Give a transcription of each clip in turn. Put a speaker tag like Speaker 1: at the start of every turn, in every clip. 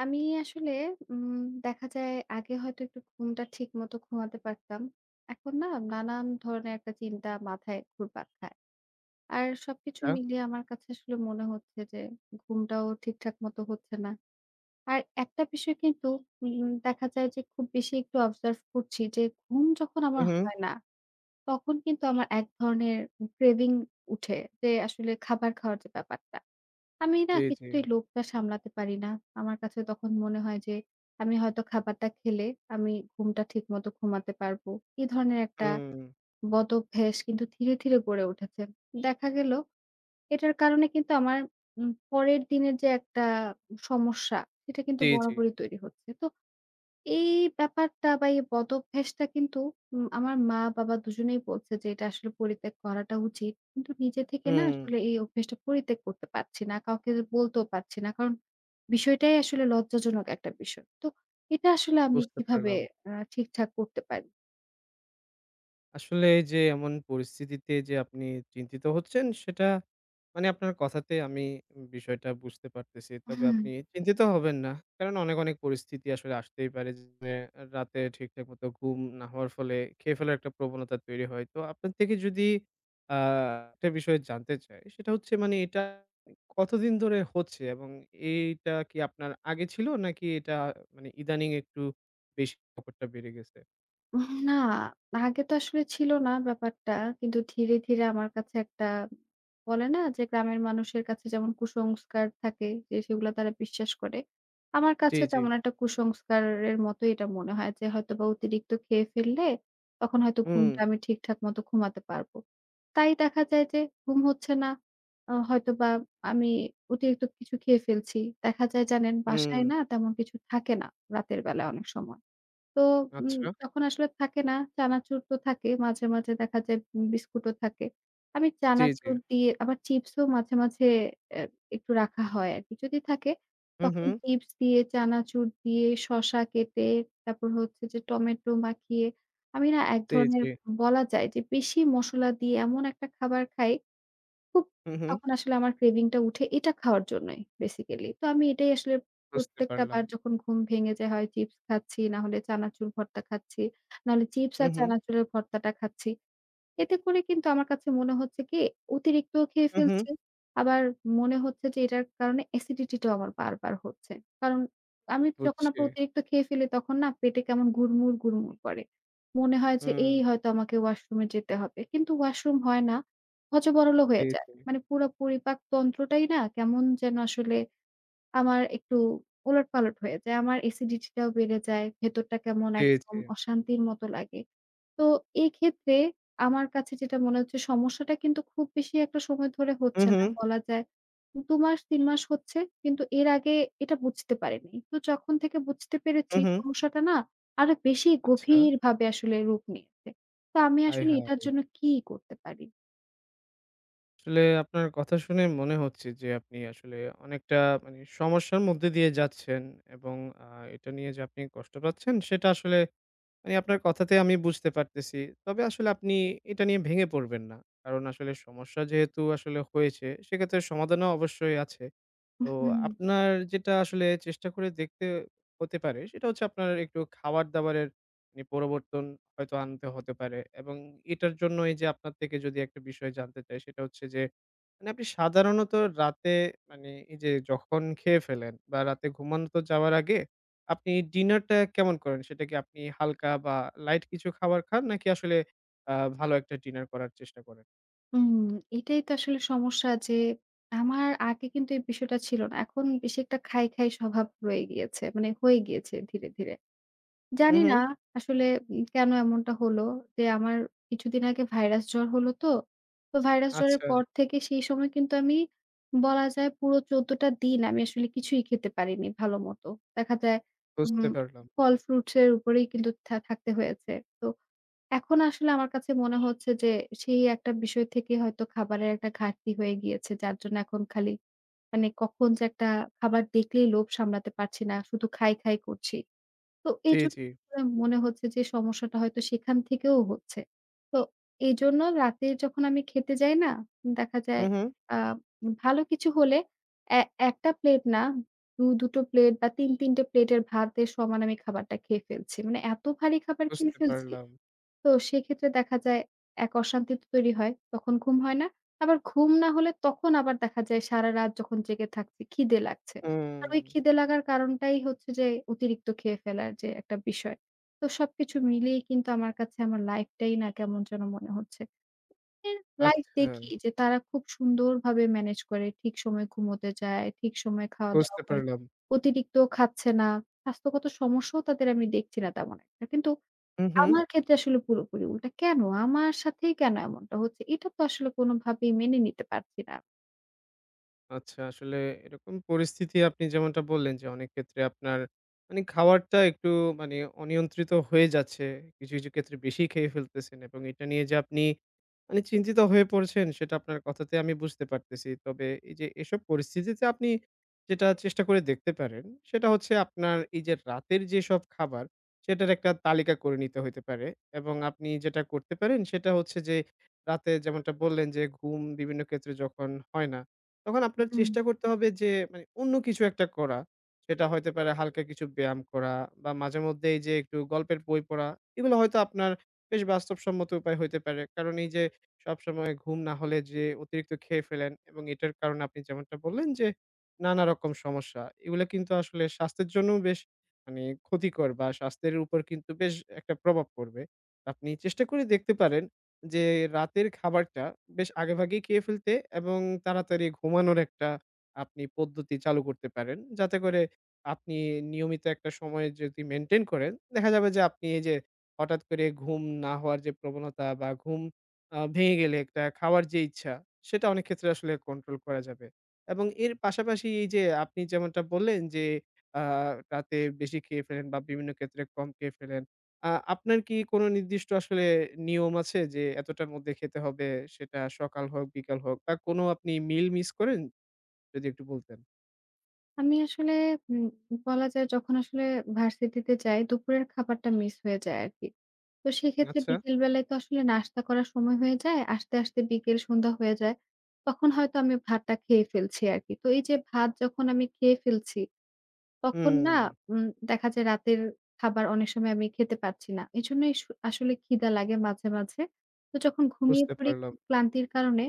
Speaker 1: আমি আসলে উম দেখা যায় আগে হয়তো একটু ঘুমটা ঠিক মতো ঘুমাতে পারতাম। এখন না নানান ধরনের একটা চিন্তা মাথায় ঘুরপাক খায়। আর সবকিছু
Speaker 2: আচ্ছা।
Speaker 1: মিলিয়ে আমার কাছে আসলে মনে হচ্ছে যে ঘুমটাও ঠিকঠাক মতো হচ্ছে না। আর একটা বিষয় কিন্তু দেখা যায় যে খুব বেশি একটু অবজার্ভ করছি যে ঘুম যখন
Speaker 2: হু,
Speaker 1: আমার
Speaker 2: হু।
Speaker 1: হয় না, তখন কিন্তু আমার এক ধরনের ক্রেভিং উঠে যে আসলে খাবার খাওয়ার যে ব্যাপারটা। আমি না
Speaker 2: জি, জি।
Speaker 1: কিছুতেই লোভটা সামলাতে পারি না। আমার কাছে তখন মনে হয় যে, আমি হয়তো খাবারটা খেলে আমি ঘুমটা ঠিকমতো ঘুমাতে পারবো। এ ধরনের একটা
Speaker 2: হুম।
Speaker 1: বদভ্যাস কিন্তু ধীরে, ধীরে গড়ে উঠেছে। দেখা গেল এটার কারণে কিন্তু আমার পরের দিনের যে একটা সমস্যা, সেটা কিন্তু
Speaker 2: জি, জি।
Speaker 1: বরাবরই তৈরি হচ্ছে। তো এই ব্যাপারটা বা এই বদভ্যাসটা কিন্তু আমার মা-বাবা দুজনেই বলছে যে, "এটা আসলে পরিত্যাগ করাটা উচিত।" কিন্তু নিজে থেকে না
Speaker 2: হুম।
Speaker 1: আসলে এই অভ্যাসটা পরিত্যাগ করতে পারছি না। কাউকে বলতেও পারছি না। কারণ বিষয়টাই আসলে লজ্জাজনক একটা বিষয়। তো এটা আসলে আমি
Speaker 2: বুঝতে
Speaker 1: কিভাবে
Speaker 2: পারলাম।
Speaker 1: ঠিকঠাক করতে পারি?
Speaker 2: আসলে এই যে এমন পরিস্থিতিতে যে আপনি চিন্তিত হচ্ছেন সেটা মানে আপনার কথাতে আমি বিষয়টা বুঝতে পারতেছি। তবে আপনি চিন্তিত হবেন না। কারণ অনেক, অনেক পরিস্থিতি আসলে আসতেই পারে যে রাতে ঠিকঠাক মতো ঘুম না হওয়ার ফলে খেয়ে ফেলার একটা প্রবণতা তৈরি হয়। তো আপনার থেকে যদি আ একটা বিষয় জানতে চাই সেটা হচ্ছে মানে এটা কতদিন ধরে হচ্ছে এবং এইটা কি আপনার আগে ছিল নাকি এটা মানে ইদানিং একটু বেশি ব্যাপারটা বেড়ে গেছে?
Speaker 1: না, আগে তো আসলে ছিল না ব্যাপারটা। কিন্তু ধীরে, ধীরে আমার কাছে একটা বলে না যে গ্রামের মানুষের কাছে যেমন কুসংস্কার থাকে যে সেগুলা তারা বিশ্বাস করে। আমার
Speaker 2: জি,
Speaker 1: কাছেও
Speaker 2: জি।
Speaker 1: তেমন একটা কুসংস্কারের মতোই এটা মনে হয় যে হয়তোবা অতিরিক্ত খেয়ে ফেললে তখন হয়তো
Speaker 2: হুম,
Speaker 1: ঘুমটা আমি ঠিকঠাক মতো ঘুমাতে পারবো। তাই দেখা যায় যে ঘুম হচ্ছে না। হয়তোবা আমি অতিরিক্ত কিছু খেয়ে ফেলছি। দেখা যায় জানেন
Speaker 2: হুম।
Speaker 1: বাসায় না তেমন কিছু থাকে না রাতের বেলা অনেক সময়। তো উম
Speaker 2: আচ্ছা।
Speaker 1: তখন আসলে থাকে না। চানাচুর তো থাকে। মাঝে, মাঝে দেখা যায় বিস্কুটও থাকে। আমি
Speaker 2: জি, জি।
Speaker 1: চানাচুর দিয়ে আবার চিপসও মাঝে, মাঝে অ্যা একটু রাখা হয় আরকি। যদি থাকে
Speaker 2: হু, হু।
Speaker 1: তখন চিপস দিয়ে, চানাচুর দিয়ে, শসা কেটে, তারপর হচ্ছে যে টমেটো মাখিয়ে আমি না এক
Speaker 2: জি,
Speaker 1: ধরনের
Speaker 2: জি।
Speaker 1: বলা যায় যে বেশি মসলা দিয়ে এমন একটা খাবার খাই খুব
Speaker 2: হু, হু।
Speaker 1: তখন আসলে আমার craving টা উঠে এটা খাওয়ার জন্যই বেসিক্যালি। তো আমি এটাই আসলে
Speaker 2: বুঝতে
Speaker 1: প্রত্যেকটা
Speaker 2: পারলাম।
Speaker 1: বার যখন ঘুম ভেঙে যায় হয় চিপস খাচ্ছি, না হলে চানাচুর ভর্তা খাচ্ছি, না হলে চিপস
Speaker 2: হু,
Speaker 1: আর
Speaker 2: হু।
Speaker 1: চানাচুরের ভর্তাটা খাচ্ছি। এতে করে কিন্তু আমার কাছে মনে হচ্ছে কি অতিরিক্তও খেয়ে
Speaker 2: হু, হু।
Speaker 1: ফেলছি। আবার মনে হচ্ছে যে এটার কারণে অ্যাসিডিটি টাও আমার বারবার হচ্ছে। কারণ
Speaker 2: হুম,
Speaker 1: আমি যখন
Speaker 2: বুঝছি।
Speaker 1: আপনার অতিরিক্ত খেয়ে ফেলি তখন না পেটে কেমন গুড়মুড়, গুড়মুড় করে। মনে হয় যে
Speaker 2: হুম।
Speaker 1: এই হয়তো আমাকে ওয়াশরুমে যেতে হবে। কিন্তু ওয়াশরুম হয় না। হযবরল
Speaker 2: জি,
Speaker 1: হয়ে যায়।
Speaker 2: জি।
Speaker 1: মানে পুরো পরিপাক তন্ত্রটাই না কেমন যেন আসলে আমার একটু ওলটপালট হয়ে যায়। আমার অ্যাসিডিটি টাও বেড়ে যায়। ভেতরটা কেমন
Speaker 2: জি,
Speaker 1: একদম
Speaker 2: জি।
Speaker 1: অশান্তির মতো লাগে। তো এই ক্ষেত্রে আমার কাছে যেটা মনে হচ্ছে সমস্যাটা কিন্তু খুব বেশি একটা সময় ধরে
Speaker 2: হু,
Speaker 1: হচ্ছে
Speaker 2: হু।
Speaker 1: না। বলা যায় ২ মাস ৩ মাস হচ্ছে। কিন্তু এর আগে এটা বুঝতে পারিনি। তো যখন থেকে বুঝতে
Speaker 2: হু,
Speaker 1: পেরেছি
Speaker 2: হু।
Speaker 1: সমস্যাটা না আরো বেশি
Speaker 2: আচ্ছা।
Speaker 1: গভীরভাবে আসলে রূপ নিয়েছে। তো আমি
Speaker 2: আয়
Speaker 1: আসলে এটার
Speaker 2: হায়!
Speaker 1: জন্য কি করতে পারি?
Speaker 2: আসলে আপনার কথা শুনে মনে হচ্ছে যে আপনি আসলে অনেকটা মানে সমস্যার মধ্যে দিয়ে যাচ্ছেন এবং আ এটা নিয়ে যে আপনি কষ্ট পাচ্ছেন সেটা আসলে মানে আপনার কথাতে আমি বুঝতে পারতেছি। তবে আসলে আপনি এটা নিয়ে ভেঙে পড়বেন না। কারণ আসলে সমস্যা যেহেতু আসলে হয়েছে সেক্ষেত্রে সমাধানও অবশ্যই আছে। তো
Speaker 1: হুম।
Speaker 2: আপনার যেটা আসলে চেষ্টা করে দেখতে হতে পারে, সেটা হচ্ছে আপনার একটু খাবার-দাবারের মানে পরিবর্তন হয়তো আনতে হতে পারে এবং এটার জন্য এই যে আপনার থেকে যদি একটা বিষয় জানতে চাই, সেটা হচ্ছে যে মানে আপনি সাধারণত রাতে মানে এই যে যখন খেয়ে ফেলেন বা রাতে ঘুমানোতে যাওয়ার আগে আপনি ডিনারটা কেমন করেন? সেটা কি আপনি হালকা বা লাইট কিছু খাবার খান নাকি আসলে আ ভালো একটা ডিনার করার চেষ্টা করেন?
Speaker 1: হুম, এটাই তো আসলে সমস্যা যে আমার আগে কিন্তু এই বিষয়টা ছিল না। এখন বেশি একটা খাই, খাই স্বভাব রয়ে গিয়েছে। মানে হয়ে গিয়েছে ধীরে, ধীরে।
Speaker 2: হু,
Speaker 1: জানি
Speaker 2: হু।
Speaker 1: না আসলে কেন এমনটা হলো যে আমার কিছুদিন আগে ভাইরাস জ্বর হলো তো। তো ভাইরাস জ্বরের
Speaker 2: আচ্ছা,
Speaker 1: পর থেকে সেই সময় কিন্তু আমি বলা যায় পুরো ১৪ টা দিন আমি আসলে কিছুই খেতে পারিনি ভালো মতো। দেখা যায় উম
Speaker 2: বুঝতে পারলাম।
Speaker 1: ফল ফ্রুটস এর উপরেই কিন্তু থাকতে হয়েছে। তো এখন আসলে আমার কাছে মনে হচ্ছে যে সেই একটা বিষয় থেকে হয়তো খাবারের একটা ঘাটতি হয়ে গিয়েছে। যার জন্য এখন খালি মানে কখন যে একটা খাবার দেখলেই লোভ সামলাতে পারছি না। শুধু খাই, খাই করছি। তো
Speaker 2: জি,
Speaker 1: এইজন্য
Speaker 2: জি।
Speaker 1: আসলে মনে হচ্ছে যে সমস্যাটা হয়তো সেখান থেকেও হচ্ছে। তো এইজন্য রাতে যখন আমি খেতে যাই না? দেখা
Speaker 2: হু,
Speaker 1: যায়
Speaker 2: হু।
Speaker 1: আ ভালো কিছু হলে এ ১ টা প্লেট না, ২, ২ টো প্লেট বা ৩, ৩ টে প্লেটের ভাতের সমান আমি খাবারটা খেয়ে ফেলছি। মানে এত ভারী খাবার খেয়ে
Speaker 2: বুঝতে
Speaker 1: ফেলছি
Speaker 2: পারলাম।
Speaker 1: তো সেক্ষেত্রে দেখা যায় এক অশান্তি তো তৈরি হয়। তখন ঘুম হয় না। আবার ঘুম না হলে তখন আবার দেখা যায় সারারাত যখন জেগে থাকছি খিদে লাগছে। আর
Speaker 2: হুম,
Speaker 1: ওই খিদে লাগার কারণটাই হচ্ছে যে অতিরিক্ত খেয়ে ফেলার যে একটা বিষয়। তো সবকিছু মিলিয়েই কিন্তু আমার কাছে আমার লাইফটাই না কেমন যেন মনে হচ্ছে। এর লাইফ
Speaker 2: আচ্ছা
Speaker 1: দেখি যে তারা খুব সুন্দরভাবে ম্যানেজ করে। ঠিক সময়ে ঘুমোতে যায়, ঠিক সময়ে খাওয়া-দাওয়া
Speaker 2: বুঝতে
Speaker 1: করে।
Speaker 2: পারলাম।
Speaker 1: অতিরিক্ত খাচ্ছে না। স্বাস্থ্যগত সমস্যাও তাদের আমি দেখছি না তেমন একটা। কিন্তু
Speaker 2: হু, হু।
Speaker 1: আমার ক্ষেত্রে আসলে পুরোপুরি উল্টা। কেন? আমার সাথেই কেন এমনটা হচ্ছে? এটা তো আসলে কোনোভাবেই মেনে নিতে পারছি না।
Speaker 2: আচ্ছা, আসলে এরকম পরিস্থিতি আপনি যেমনটা বললেন যে, অনেক ক্ষেত্রে আপনার মানে খাবারটা একটু মানে অনিয়ন্ত্রিত হয়ে যাচ্ছে। কিছু, কিছু ক্ষেত্রে বেশি খেয়ে ফেলতেছেন এবং এটা নিয়ে যে আপনি মানে চিন্তিত হয়ে পড়ছেন সেটা আপনার কথাতে আমি বুঝতে পারতেছি। তবে এই যে এসব পরিস্থিতিতে আপনি যেটা চেষ্টা করে দেখতে পারেন সেটা হচ্ছে আপনার এই যে রাতের যেসব খাবার সেটার একটা তালিকা করে নিতে হইতে পারে এবং আপনি যেটা করতে পারেন সেটা হচ্ছে যে রাতে যেমনটা বললেন যে ঘুম বিভিন্ন ক্ষেত্রে যখন হয় না তখন আপনার
Speaker 1: হুম।
Speaker 2: চেষ্টা করতে হবে যে মানে অন্য কিছু একটা করা। সেটা হইতে পারে হালকা কিছু ব্যায়াম করা বা মাঝে মধ্যে এই যে একটু গল্পের বই পড়া। এগুলো হয়তো আপনার বেশ বাস্তবসম্মত উপায় হইতে পারে। কারণ এই যে সবসময় ঘুম না হলে যে অতিরিক্ত খেয়ে ফেলেন এবং এটার কারণে আপনি যেমনটা বললেন যে নানা রকম সমস্যা। এগুলো কিন্তু আসলে স্বাস্থ্যের জন্যও বেশ মানে ক্ষতিকর বা স্বাস্থ্যের উপর কিন্তু বেশ একটা প্রভাব পড়বে। আপনি চেষ্টা করে দেখতে পারেন। যে রাতের খাবারটা বেশ আগেভাগেই খেয়ে ফেলতে এবং তাড়াতাড়ি ঘুমানোর একটা আপনি পদ্ধতি চালু করতে পারেন। যাতে করে আপনি নিয়মিত একটা সময় যদি মেইনটেইন করেন, দেখা যাবে যে আপনি এই যে হঠাৎ করে ঘুম না হওয়ার যে প্রবণতা বা ঘুম ভেঙে গেলে একটা খাওয়ার যে ইচ্ছা, সেটা অনেক ক্ষেত্রে আসলে কন্ট্রোল করা যাবে। এবং এর পাশাপাশি এই যে আপনি যেমনটা বললেন যে আ রাতে বেশি খেয়ে ফেলেন বা বিভিন্ন ক্ষেত্রে কম খেয়ে ফেলেন। আপনার কি কোনো নির্দিষ্ট আসলে নিয়ম আছে যে এতটার মধ্যে খেতে হবে? সেটা সকাল হোক, বিকাল হোক বা কোনো আপনি মিল মিস করেন? যদি একটু বলতেন।
Speaker 1: আমি আসলে উম বলা যায় যখন আসলে ভার্সিটিতে যাই দুপুরের খাবারটা মিস হয়ে যায় আরকি। তো সেক্ষেত্রে
Speaker 2: আচ্ছা।
Speaker 1: বিকেল বেলায় তো আসলে নাস্তা করার সময় হয়ে যায়। আসতে, আসতে বিকেল সন্ধ্যা হয়ে যায়। তখন হয়তো আমি ভাতটা খেয়ে ফেলছি আরকি। তো এই যে ভাত যখন আমি খেয়ে ফেলছি তখন
Speaker 2: হুম,
Speaker 1: না উম দেখা যায় রাতের খাবার অনেক সময় আমি খেতে পারছি না। এজন্যই আসলে খিদা লাগে মাঝে, মাঝে। তো যখন ঘুমিয়ে
Speaker 2: বুঝতে
Speaker 1: পড়ি
Speaker 2: পারলাম।
Speaker 1: খুব ক্লান্তির কারণে,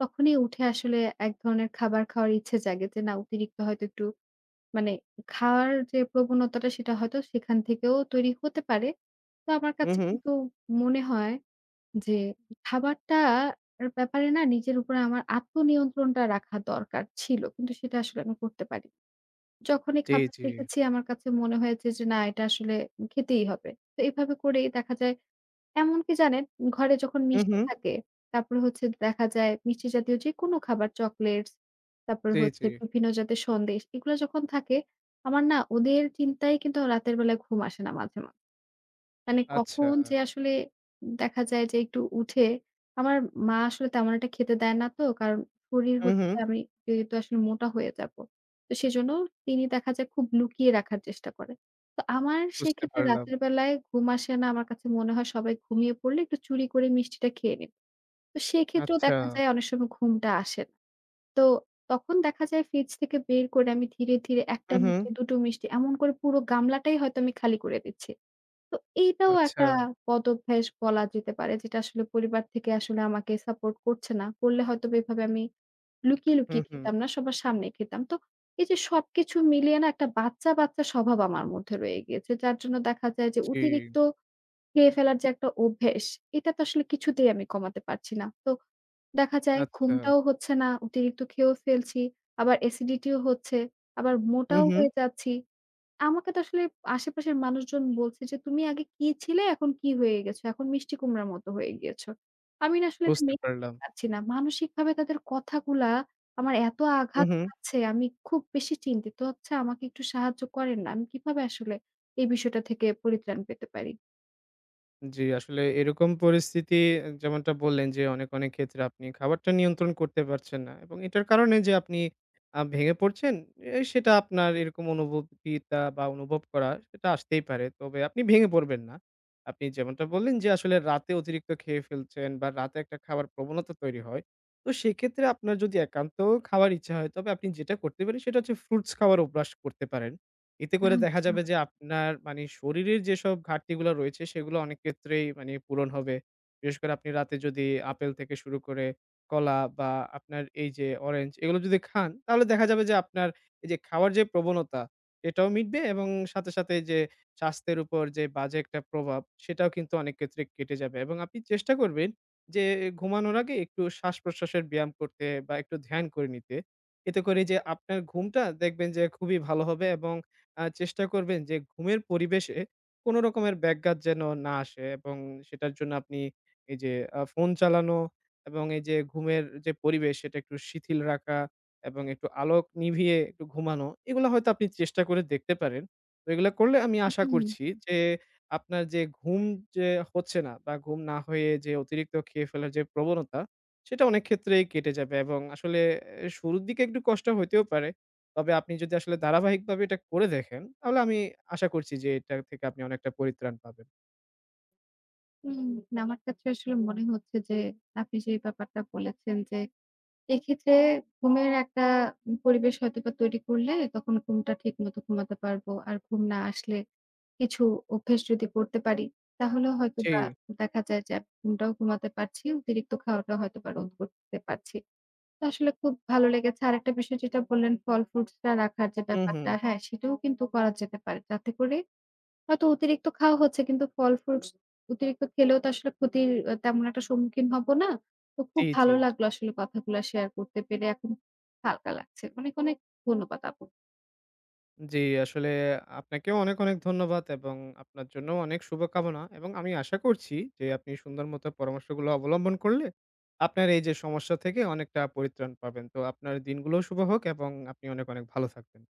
Speaker 1: তখনই উঠে আসলে এক ধরনের খাবার খাওয়ার ইচ্ছে জাগে যে না অতিরিক্ত হয়তো একটু মানে খাওয়ার যে প্রবণতাটা সেটা হয়তো সেখান থেকেও তৈরি হতে পারে। তো আমার
Speaker 2: হু,
Speaker 1: কাছে
Speaker 2: হু।
Speaker 1: কিন্তু মনে হয় যে খাবারটার ব্যাপারে না নিজের উপরে আমার আত্মনিয়ন্ত্রণটা রাখা দরকার ছিল। কিন্তু সেটা আসলে আমি করতে পারি যখনই
Speaker 2: জি,
Speaker 1: খাবার
Speaker 2: জি।
Speaker 1: দেখেছি আমার কাছে মনে হয়েছে যে না এটা আসলে খেতেই হবে। তো এভাবে করেই দেখা যায় এমনকি জানেন ঘরে যখন
Speaker 2: হু, হু।
Speaker 1: মিষ্টি থাকে, তারপরে হচ্ছে দেখা যায় মিষ্টি জাতীয় যেকোনো খাবার চকলেটস, তারপরে
Speaker 2: জি, জি।
Speaker 1: হচ্ছে বিভিন্ন জাতের সন্দেশ এগুলা যখন থাকে, আমার না ওদের চিন্তায় কিন্তু রাতের বেলায় ঘুম আসে না মাঝে, মাঝে। মানে
Speaker 2: আচ্ছা।
Speaker 1: কখন যে আসলে দেখা যায় যে একটু উঠে আমার মা আসলে তেমন একটা খেতে দেয় না তো। কারণ শরীর
Speaker 2: হু,
Speaker 1: হচ্ছে
Speaker 2: হু।
Speaker 1: যে আমি যেহেতু আসলে মোটা হয়ে যাবো। তো সেজন্য তিনি দেখা যায় খুব লুকিয়ে রাখার চেষ্টা করে। তো আমার
Speaker 2: বুঝতে
Speaker 1: সেক্ষেত্রে
Speaker 2: পারলাম।
Speaker 1: রাতের বেলায় ঘুম আসে না। আমার কাছে মনে হয় সবাই ঘুমিয়ে পড়লে একটু চুরি করে মিষ্টিটা খেয়ে নেব। তো সেক্ষেত্রেও
Speaker 2: আচ্ছা।
Speaker 1: দেখা যায় অনেক সময় ঘুমটা আসে না। তো তখন দেখা যায় ফ্রিজ থেকে বের করে আমি ধীরে, ধীরে ১
Speaker 2: হু,
Speaker 1: টা
Speaker 2: হু।
Speaker 1: মিষ্টি, ২ টো মিষ্টি এমন করে পুরো গামলাটাই হয়তো আমি খালি করে দিচ্ছি। তো এইটাও
Speaker 2: আচ্ছা।
Speaker 1: একটা বদভ্যাস বলা যেতে পারে যেটা আসলে পরিবার থেকে আসলে আমাকে সাপোর্ট করছে না। করলে হয়তোবা এভাবে আমি লুকিয়ে,
Speaker 2: হু,
Speaker 1: লুকিয়ে
Speaker 2: হু।
Speaker 1: খেতাম না, সবার সামনে খেতাম। তো এই যে সবকিছু মিলিয়ে না একটা বাচ্চা, বাচ্চা স্বভাব আমার মধ্যে রয়ে গিয়েছে। যার জন্য দেখা যায় যে
Speaker 2: জি।
Speaker 1: অতিরিক্ত খেয়ে ফেলার যে একটা অভ্যেস, এটা তো আসলে কিছুতেই আমি কমাতে পারছি না। তো দেখা যায়
Speaker 2: আচ্ছা।
Speaker 1: ঘুমটাও হচ্ছে না, অতিরিক্ত খেয়েও ফেলছি, আবার অ্যাসিডিটিও হচ্ছে, আবার
Speaker 2: হু,
Speaker 1: মোটাও
Speaker 2: হু।
Speaker 1: হয়ে যাচ্ছি। আমাকে তো আসলে আশেপাশের মানুষজন বলছে যে, "তুমি আগে কি ছিলে? এখন কি হয়ে গেছো? এখন মিষ্টি কুমড়ার মতো হয়ে গিয়েছো।" আমি না আসলে এটা
Speaker 2: বুঝতে
Speaker 1: মেনে নিতে
Speaker 2: পারলাম।
Speaker 1: পারছি না। মানসিকভাবে তাদের কথাগুলা আমার এত
Speaker 2: হু,
Speaker 1: আঘাত
Speaker 2: হু।
Speaker 1: পাচ্ছে, আমি খুব বেশি চিন্তিত হচ্ছে। আমাকে একটু সাহায্য করেন না। আমি কিভাবে আসলে এই বিষয়টা থেকে পরিত্রাণ পেতে পারি?
Speaker 2: জি, আসলে এরকম পরিস্থিতি যেমনটা বললেন যে অনেক, অনেক ক্ষেত্রে আপনি খাবারটা নিয়ন্ত্রণ করতে পারছেন না এবং এটার কারণে যে আপনি ভেঙে পড়ছেন, সেটা আপনার এরকম অনুভূতিটা বা অনুভব করা সেটা আসতেই পারে। তবে আপনি ভেঙে পড়বেন না। আপনি যেমনটা বললেন যে আসলে রাতে অতিরিক্ত খেয়ে ফেলছেন বা রাতে একটা খাবার প্রবণতা তৈরি হয়। তো সেক্ষেত্রে আপনার যদি একান্ত খাওয়ার ইচ্ছা হয় তবে আপনি যেটা করতে পারেন সেটা হচ্ছে ফ্রুটস খাওয়ার অভ্যাস করতে পারেন। এতে করে দেখা
Speaker 1: আচ্ছা,
Speaker 2: যাবে যে আপনার মানে শরীরের যেসব ঘাটতিগুলো রয়েছে সেগুলো অনেক ক্ষেত্রেই মানে পূরণ হবে। বিশেষ করে আপনি রাতে যদি আপেল থেকে শুরু করে কলা বা আপনার এই যে অরেঞ্জ এগুলো যদি খান তাহলে দেখা যাবে যে আপনার এই যে খাওয়ার যে প্রবণতা এটাও মিটবে এবং সাথে, সাথে যে স্বাস্থ্যের উপর যে বাজে একটা প্রভাব সেটাও কিন্তু অনেক ক্ষেত্রে কেটে যাবে এবং আপনি চেষ্টা করবেন যে ঘুমানোর আগে একটু শ্বাসপ্রশ্বাসের ব্যায়াম করতে বা একটু ধ্যান করে নিতে। এতে করে যে আপনার ঘুমটা দেখবেন যে খুবই ভালো হবে এবং চেষ্টা করবেন যে ঘুমের পরিবেশে কোনো রকমের ব্যাঘাত যেন না আসে এবং সেটার জন্য আপনি এই যে ফোন চালানো এবং এই যে ঘুমের যে পরিবেশ সেটা একটু শিথিল রাখা এবং একটু আলোক নিভিয়ে একটু ঘুমানো, এগুলা হয়তো আপনি চেষ্টা করে দেখতে পারেন। তো এগুলা করলে আমি আশা
Speaker 1: হুম।
Speaker 2: করছি যে আপনার যে ঘুম যে হচ্ছে না বা ঘুম না হয়ে যে অতিরিক্ত খেয়ে ফেলার যে প্রবণতা, সেটা অনেক ক্ষেত্রেই কেটে যাবে এবং আসলে শুরুর দিকে একটু কষ্ট হইতেও পারে। তবে আপনি যদি আসলে ধারাবাহিকভাবে এটা করে দেখেন, তাহলে আমি আশা করছি যে এটা থেকে আপনি অনেকটা পরিত্রাণ পাবেন।
Speaker 1: হুম, আমার কাছে আসলে মনে হচ্ছে যে, আপনি যে ব্যাপারটা বলেছেন যে এক্ষেত্রে ঘুমের একটা পরিবেশ হয়তোবা তৈরি করলে তখন ঘুমটা ঠিকমতো ঘুমাতে পারবো। আর ঘুম না আসলে কিছু অভ্যেস যদি করতে পারি, তাহলেও
Speaker 2: জি।
Speaker 1: হয়তোবা দেখা যায় যে আমি ঘুমটাও ঘুমাতে পারছি। অতিরিক্ত খাওয়াটাও হয়তোবা রোধ করতে পারছি। তো আসলে খুব ভালো লেগেছে। আরেকটা বিষয় যেটা বললেন ফল ফ্রুটসটা রাখার যে
Speaker 2: হুম, হুম।
Speaker 1: ব্যাপারটা, হ্যাঁ সেটাও কিন্তু করা যেতে পারে। যাতে করে হয়তো অতিরিক্ত খাওয়া হচ্ছে কিন্তু ফল ফ্রুটস অতিরিক্ত খেলেও তো আসলে ক্ষতির তেমন একটা সম্মুখীন হব না। তো খুব
Speaker 2: জি, জি।
Speaker 1: ভালো লাগলো আসলে কথাগুলা শেয়ার করতে পেরে এখন হালকা লাগছে। অনেক, অনেক ধন্যবাদ আপু।
Speaker 2: জি, আসলে আপনাকেও অনেক, অনেক ধন্যবাদ এবং আপনার জন্যও অনেক শুভকামনা এবং আমি আশা করছি যে আপনি সুন্দর মতো পরামর্শগুলো অবলম্বন করলে আপনার এই যে সমস্যা থেকে অনেকটা পরিত্রাণ পাবেন। তো আপনার দিনগুলোও শুভ হোক এবং আপনি অনেক, অনেক ভালো থাকবেন।